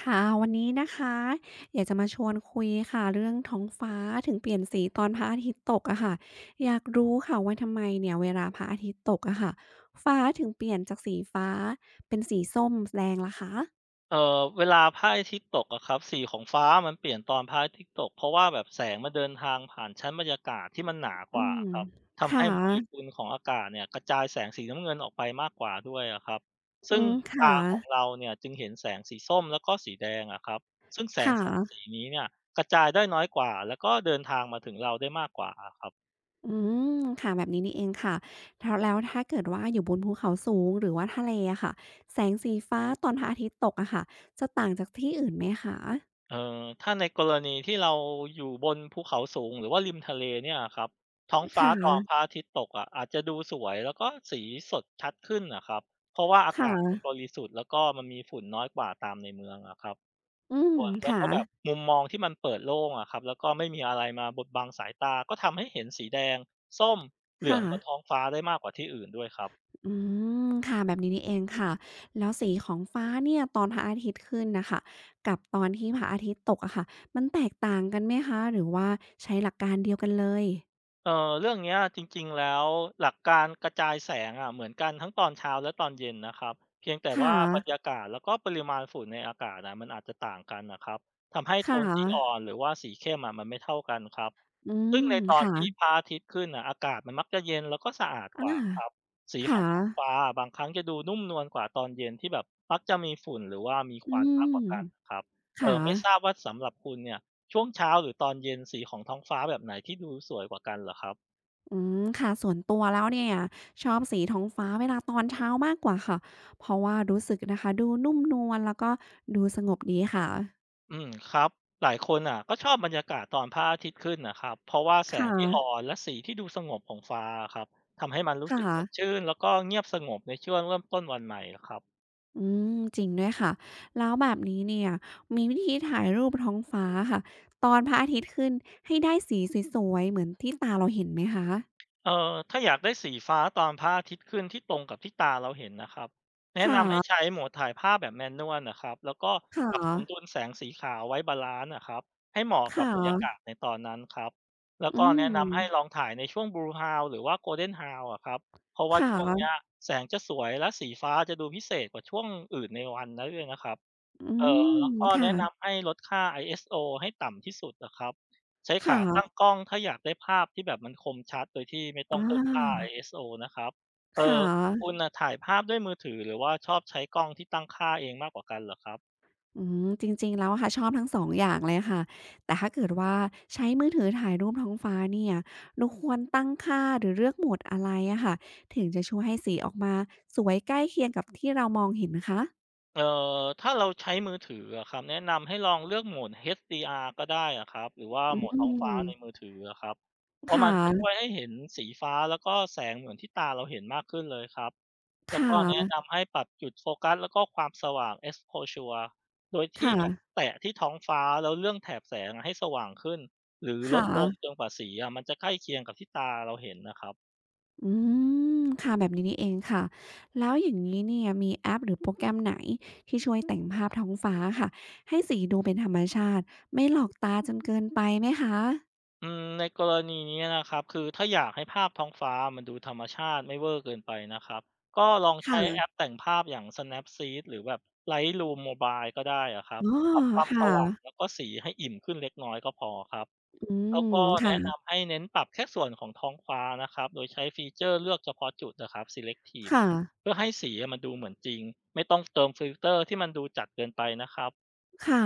ค่ะวันนี้นะคะอยากจะมาชวนคุยค่ะเรื่องท้องฟ้าถึงเปลี่ยนสีตอนพระอาทิตย์ตกอะค่ะอยากรู้ค่ะว่าทำไมเนี่ยเวลาพระอาทิตย์ตกอะค่ะฟ้าถึงเปลี่ยนจากสีฟ้าเป็นสีส้มแดงล่ะคะเอ่อเวลาพระอาทิตย์ตกอะครับสีของฟ้ามันเปลี่ยนตอนพระอาทิตย์ตกเพราะว่าแบบแสงมันเดินทางผ่านชั้นบรรยากาศที่มันหนากอืว่ามครับทำค่ะให้โมเลกุลของอากาศเนี่ยกระจายแสงสีน้ำเงินออกไปมากกว่าด้วยอะครับอืซึ่งมค่ะตาของเราเนี่ยจึงเห็นแสงสีส้มแล้วก็สีแดงอะครับซึ่งแสงค่ะสองสีนี้เนี่ยกระจายได้น้อยกว่าแล้วก็เดินทางมาถึงเราได้มากกว่าครับ อืมค่ะแบบนี้นี่เองค่ะแล้วถ้าเกิดว่าอยู่บนภูเขาสูงหรือว่าทะเลอะค่ะแสงสีฟ้าตอนพระอาทิตย์ตกอะค่ะจะต่างจากที่อื่นไหมคะเอ่อถ้าในกรณีที่เราอยู่บนภูเขาสูงหรือว่าริมทะเลเนี่ยอะครับท้องฟ้าค่ตอนพระะอาทิตย์ตกอะอาจจะดูสวยแล้วก็สีสดชัดขึ้นน่ะครับเพราะว่าอาค่ะ กาศมันบริสุทธิ์แล้วก็มันมีฝุ่นน้อยกว่าตามในเมืองอะครับอืมส่วนแล้วค่ะก็แบบมุมมองที่มันเปิดโล่งอะครับแล้วก็ไม่มีอะไรมาบดบังสายตาก็ทำให้เห็นสีแดงส้มเหลือค่ะงบนท้องฟ้าได้มากกว่าที่อื่นด้วยครับ อืมค่ะแบบนี้นี่เองค่ะแล้วสีของฟ้าเนี่ยตอนพระอาทิตย์ขึ้นน่ะค่ะกับตอนที่พระอาทิตย์ตกอะค่ะมันแตกต่างกันไหมคะหรือว่าใช้หลักการเดียวกันเลยเอ่อเรื่องเนี้ยจริงๆแล้วหลักการกระจายแสงอะเหมือนกันทั้งตอนเช้าและตอนเย็นนะครับเพียงแต่ค่ะว่าบรรยากาศแล้วก็ปริมาณฝุ่นในอากาศนะมันอาจจะต่างกันนะครับทำให้โทค่ะนสีอ่อนหรือว่าสีเข้มอะมันไม่เท่ากันครับอืซึ่งมในตอนค่ะที่พระอาทิตย์ขึ้นอ่ะอากาศมันมักจะเย็นแล้วก็สะอาดกอาว่าครับสีขอค่ะงท้องฟ้าบางครั้งจะดูนุ่มนวลกว่าตอนเย็นที่แบบมักจะมีฝุ่นหรือว่ามีคอืวันมากกว่ามกันนะครับเอค่ะอไม่ทราบว่าสำหรับคุณเนี่ย ช่วงเช้าหรือตอนเย็นสีของท้องฟ้าแบบไหนที่ดูสวยกว่ากันเหรอครับอืมค่ะส่วนตัวแล้วเนี่ยชอบสีท้องฟ้าเวลาตอนเช้ามากกว่าค่ะเพราะว่ารู้สึกนะคะดูนุ่มนวลแล้วก็ดูสงบดีค่ะอืมครับหลายคนอ่ะก็ชอบบรรยากาศตอนพระอาทิตย์ขึ้นนะครับเพราะว่าแสงค่ะที่อ่อนและสีที่ดูสงบของฟ้าครับทำให้มันรู้สึกค่ะ สดชื่นแล้วก็เงียบสงบในช่วงเริ่มต้นวันใหม่ครับ อืมจริงด้วยค่ะแล้วแบบนี้เนี่ยมีวิธีถ่ายรูปท้องฟ้าค่ะตอนพระอาทิตย์ขึ้นให้ได้สีสวยๆเหมือนที่ตาเราเห็นไหมคะเอ่อถ้าอยากได้สีฟ้าตอนพระอาทิตย์ขึ้นที่ตรงกับที่ตาเราเห็นนะครับแนะค่ะนำให้ใช้โหมดถ่ายภาพแบบแมนนวลนะครับแล้วก็ค่ะปรับสมดุลแสงสีขาวไว้บาลานซ์นะครับให้เหมาะกับค่ะบรรยากาศในตอนนั้นครับแล้วอืก็แนะนำให้ลองมถ่ายในช่วง Blue h o u หรือว่า Golden h o u วอะครับเพราะว่าค่ช่วงเนี้ยะแสงจะสวยและสีฟ้าจะดูพิเศษกว่าช่วงอื่นในวันนันด้วยนะครับ อืเอ่อมแล้วก็ค่ะแนะนำให้ลดค่า ISO ให้ต่ำที่สุดอะครับใช้คขาตั้ง่ะกล้องถ้าอยากได้ภาพที่แบบมันคมชัดโดยที่ไม่ต้อองเพิ่มค่า า ISO นะครับเอ่ค่อคุะ ณน่ะถ่ายภาพด้วยมือถือหรือว่าชอบใช้กล้องที่ตั้งค่าเองมากกว่ากันเหรอครับอืมจริงๆแล้วอะค่ะชอบทั้ง2องอย่างเลยค่ะแต่ถ้าเกิดว่าใช้มือถือถ่ายรูปท้องฟ้าเนี่ยเราควรตั้งค่าหรือเลือกโหมดอะไรอะค่ะถึงจะช่วยให้สีออกมาสวยใกล้เคียงกับที่เรามองเห็นคะเอ่อถ้าเราใช้มือถืออะครับแนะนำให้ลองเลือกโหมด HDR ก็ได้อะครับหรือว่าอืโหมดท้องฟ้าในมืมอถืออะครับเพคราะมันจะช่ว่ะยให้เห็นสีฟ้าแล้วก็แสงเหมือนที่ตาเราเห็นมากขึ้นเลยครับ คแล้วก็แนะ่ะนำให้ปรับจุดโฟกัสแล้วก็ความสว่าง exposure โดยที่ค่ะแบบแตะที่ท้องฟ้าแล้วเรื่องแถบแสงอะให้สว่างขึ้นหรือลค่ะดลงจนกว่าสีอะมันจะใกล้เคียงกับที่ตาเราเห็นนะครับอืมค่ะแบบนี้นี่เองค่ะแล้วอย่างงี้เนี่ยมีแอปหรือโปรแกรมไหนที่ช่วยแต่งภาพท้องฟ้าค่ะให้สีดูเป็นธรรมชาติไม่หลอกตาจนเกินไปไหมคะอืมในกรณีนี้นะครับคือถ้าอยากให้ภาพท้องฟ้ามันดูธรรมชาติไม่เวอร์เกินไปนะครับก็ลองคใช้แอป่ะ แต่งภาพอย่าง Snapseed หรือแบบ Lightroom Mobile ก็ได้อะครับอ๋อปรับความสค่ะว่างแล้วก็สีให้อิ่มขึ้นเล็กน้อยก็พอครับ อืแล้มวก็แนะค่ะนำให้เน้นปรับแค่ส่วนของท้องฟ้านะครับ โดยใช้ฟีเจอร์เลือกเฉพาะจุดนะครับ selective ค่ะเพื่อให้สีมันดูเหมือนจริง ไม่ต้องเติมฟิลเตอร์ที่มันดูจัดเกินไปนะครับ ค่ะ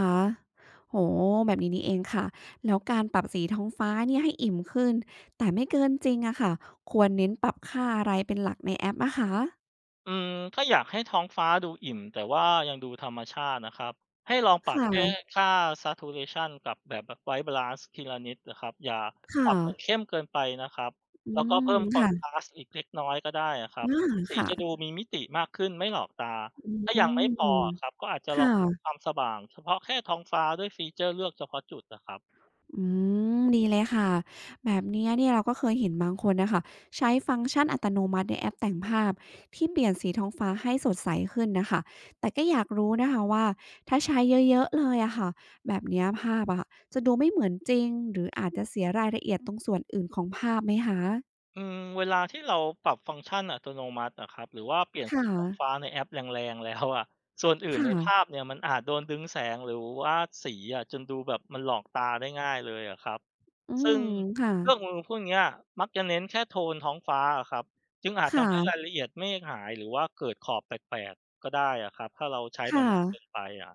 โอ้โฮแบบนี้นี่เองค่ะ แล้วการปรับสีท้องฟ้าเนี่ยให้อิ่มขึ้น แต่ไม่เกินจริงอะค่ะ ควรเน้นปรับค่าอะไรเป็นหลักในแอปอะคะอืมถ้าอยากให้ท้องฟ้าดูอิ่มแต่ว่ายังดูธรรมชาตินะครับให้ลองปครับแค่่ะค่า saturation กับแบบ white balance ทีละนิดนะครับอย่าปค่ะรับจนเข้มเกินไปนะครับอืแล้วก็มเพิ่ม ค่ะ contrast อีกเล็กน้อยก็ได้นะครับอาสีค่ะจะดูมีมิติมากขึ้นไม่หลอกตาอืถ้ายังไม่พอมครับก็อาจจะคลองปรับค่ะ วามสว่างเฉพาะแค่ท้องฟ้าด้วยฟีเจอร์เลือกเฉพาะจุดนะครับ อืมดีเลยค่ะแบบเนี้ยเนี่ยเราก็เคยเห็นบางคนนะคะใช้ฟังก์ชันอัตโนมัติในแอปแต่งภาพที่เปลี่ยนสีท้องฟ้าให้สดใสขึ้นนะคะแต่ก็อยากรู้นะคะว่าถ้าใช้เยอะๆเลยอะค่ะแบบเนี้ยภาพอะค่ะจะดูไม่เหมือนจริงหรืออาจจะเสียรายละเอียดตรงส่วนอื่นของภาพไหมคะเวลาที่เราปรับฟังก์ชันอัตโนมัติอะครับหรือว่าเปลี่ยนสีค่ะท้องฟ้าในแอปแรงๆแล้วอะส่วนอื่นค่ะในภาพเนี่ยมันอาจโดนดึงแสงหรือว่าสีอะจนดูแบบมันหลอกตาได้ง่ายเลยอะครับอืซึ่มงค่ะเครื่องมือพวกเนี้ยมักจะเน้นแค่โทนท้องฟ้าอะครับจึงอาจคทำให้ราย่ะละเอียดเมฆหายหรือว่าเกิดขอบแปลกๆก็ได้อะครับถ้าเราใช้มันค่ะมากเกินไปอะ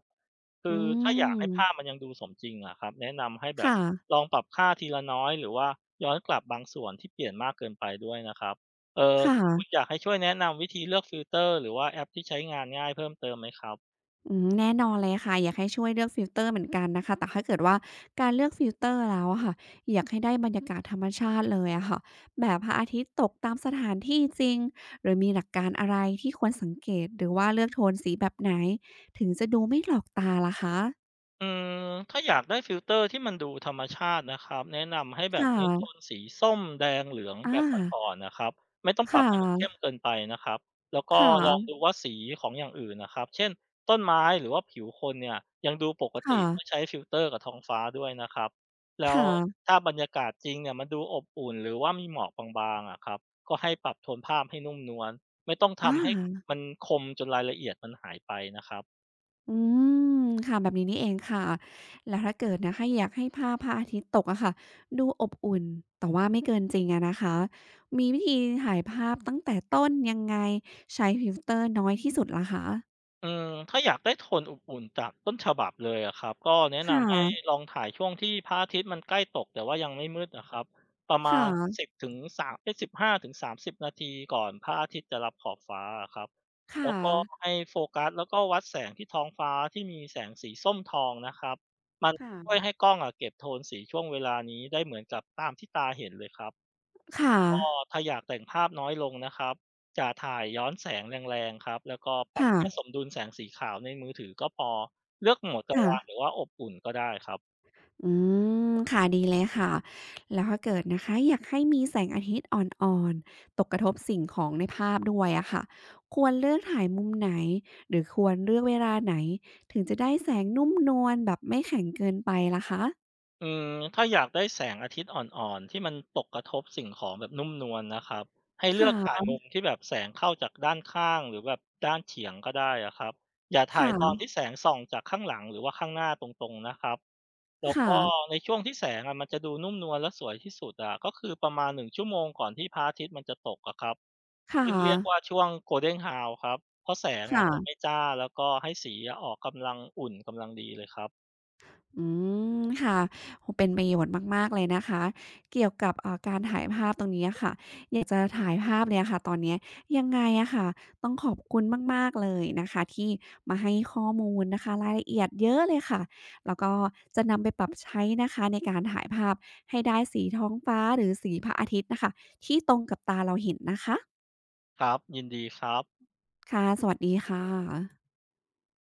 คือือถ้าอยากให้ภาพมันมยังดูสมจริงอะครับแนะนำให้แบบค่ะลองปรับค่าทีละน้อยหรือว่าย้อนกลับบางส่วนที่เปลี่ยนมากเกินไปด้วยนะครับเออค่ะ คุณอยากให้ช่วยแนะนำวิธีเลือกฟิลเตอร์หรือว่าแอปที่ใช้งานง่ายเพิ่มเติมไหมครับ อืมแน่นอนเลยค่ะอยากให้ช่วยเลือกฟิลเตอร์เหมือนกันนะคะแต่ถ้าเกิดว่าการเลือกฟิลเตอร์แล้วอะค่ะอยากให้ได้บรรยากาศธรรมชาติเลยอะค่ะแบบพระอาทิตย์ตกตามสถานที่จริงหรือมีหลักการอะไรที่ควรสังเกตหรือว่าเลือกโทนสีแบบไหนถึงจะดูไม่หลอกตาล่ะคะอืมถ้าอยากได้ฟิลเตอร์ที่มันดูธรรมชาตินะครับแนะนำให้แบบค่เน้นโทนะสีส้มแดงเหลืองแบอาบอ่อนๆนะครับไม่ต้องปรัค่บให้มันเข้มะเกินไปนะครับแล้วก็คลองดู่ะว่าสีของอย่างอื่นนะครับเช่นต้นไม้หรือว่าผิวคนเนี่ยยังดูปกติค่ะเมื่อใช้ฟิลเตอร์กับท้องฟ้าด้วยนะครับแล้วค่ะถ้าบรรยากาศจริงเนี่ยมันดูอบอุ่นหรือว่ามีหมอกบางๆอะครับก็ให้ปรับโทนภาพให้นุ่มนวลไม่ต้องอทำให้า มันคมจนรายละเอียดมันหายไปนะครับ อืมค่ะแบบนี้นี่เองค่ะแล้วถ้าเกิดนะคะอยากให้ภาพพระอาทิตย์ตกอะค่ะดูอบอุ่นแต่ว่าไม่เกินจริงอะนะคะมีวิธีถ่ายภาพตั้งแต่ต้นยังไงใช้ฟิลเตอร์น้อยที่สุดล่ะคะถ้าอยากได้โทนอุ่นๆจากต้นฉบับเลยอะครับก็แนะค่นำให้ะลองถ่ายช่วงที่พระอาทิตย์มันใกล้ตกแต่ว่ายังไม่มืดอะครับประมาค่ะณ1บถึง3เอ๊ยสิบห้าถึงสาม5 3 0นาทีก่อนพระอาทิตย์จะลับขอบฟ้าอะครับแล้วค่ะก็ให้โฟกัสแล้วก็วัดแสงที่ท้องฟ้าที่มีแสงสีส้มทองนะครับมันช่วยค่ะให้กล้องอะเก็บโทนสีช่วงเวลานี้ได้เหมือนกับตามที่ตาเห็นเลยครับ ค่ะก็ถ้าอยากแต่งภาพน้อยลงนะครับจะถ่ายย้อนแสงแรงๆครับแล้วก็ปรับค่ะแค่สมดุลแสงสีขาวในมือถือก็พอเลือกโหมดกลางค่ะ วันหรือว่าอบอุ่นก็ได้ครับอืมค่ะดีเลยค่ะแล้วถ้าเกิดนะคะอยากให้มีแสงอาทิตย์อ่อนๆตกกระทบสิ่งของในภาพด้วยอะค่ะควรเลือกถ่ายมุมไหนหรือควรเลือกเวลาไหนถึงจะได้แสงนุ่มนวลแบบไม่แข็งเกินไปล่ะคะอืมถ้าอยากได้แสงอาทิตย์อ่อนๆที่มันตกกระทบสิ่งของแบบนุ่มนวลนะครับให้เลือกถ่าค่ะยมุมที่แบบแสงเข้าจากด้านข้างหรือแบบด้านเฉียงก็ได้อะครับอย่าถ่ายตอนค่ะที่แสงส่องจากข้างหลังหรือว่าข้างหน้าตรงๆนะครับ แล้วค่ะก็ในช่วงที่แสงอะมันจะดูนุ่มนวลและสวยที่สุดอะก็คือประมาณ1ชั่วโมงก่อนที่พระอาทิตย์มันจะตกอะครับค่ะซึ่งเรียกว่าช่วง Golden Hour ครับเพราะแสงอะจะไม่ค่ะ จ้าแล้วก็ให้สีอะออกกำลังอุ่นกำลังดีเลยครับอืมค่ะโอ้เป็นประโยชน์มากๆเลยนะคะเกี่ยวกับการถ่ายภาพตรงนี้อะค่ะอยากจะถ่ายภาพเลยอะค่ะตอนเนี้ยยังไงอะค่ะต้องขอบคุณมากๆเลยนะคะที่มาให้ข้อมูลนะคะรายละเอียดเยอะเลยค่ะแล้วก็จะนำไปปรับใช้นะคะในการถ่ายภาพให้ได้สีท้องฟ้าหรือสีพระอาทิตย์น่ะค่ะที่ตรงกับตาเราเห็นนะคะครับยินดีครับค่ะสวัสดีค่ะ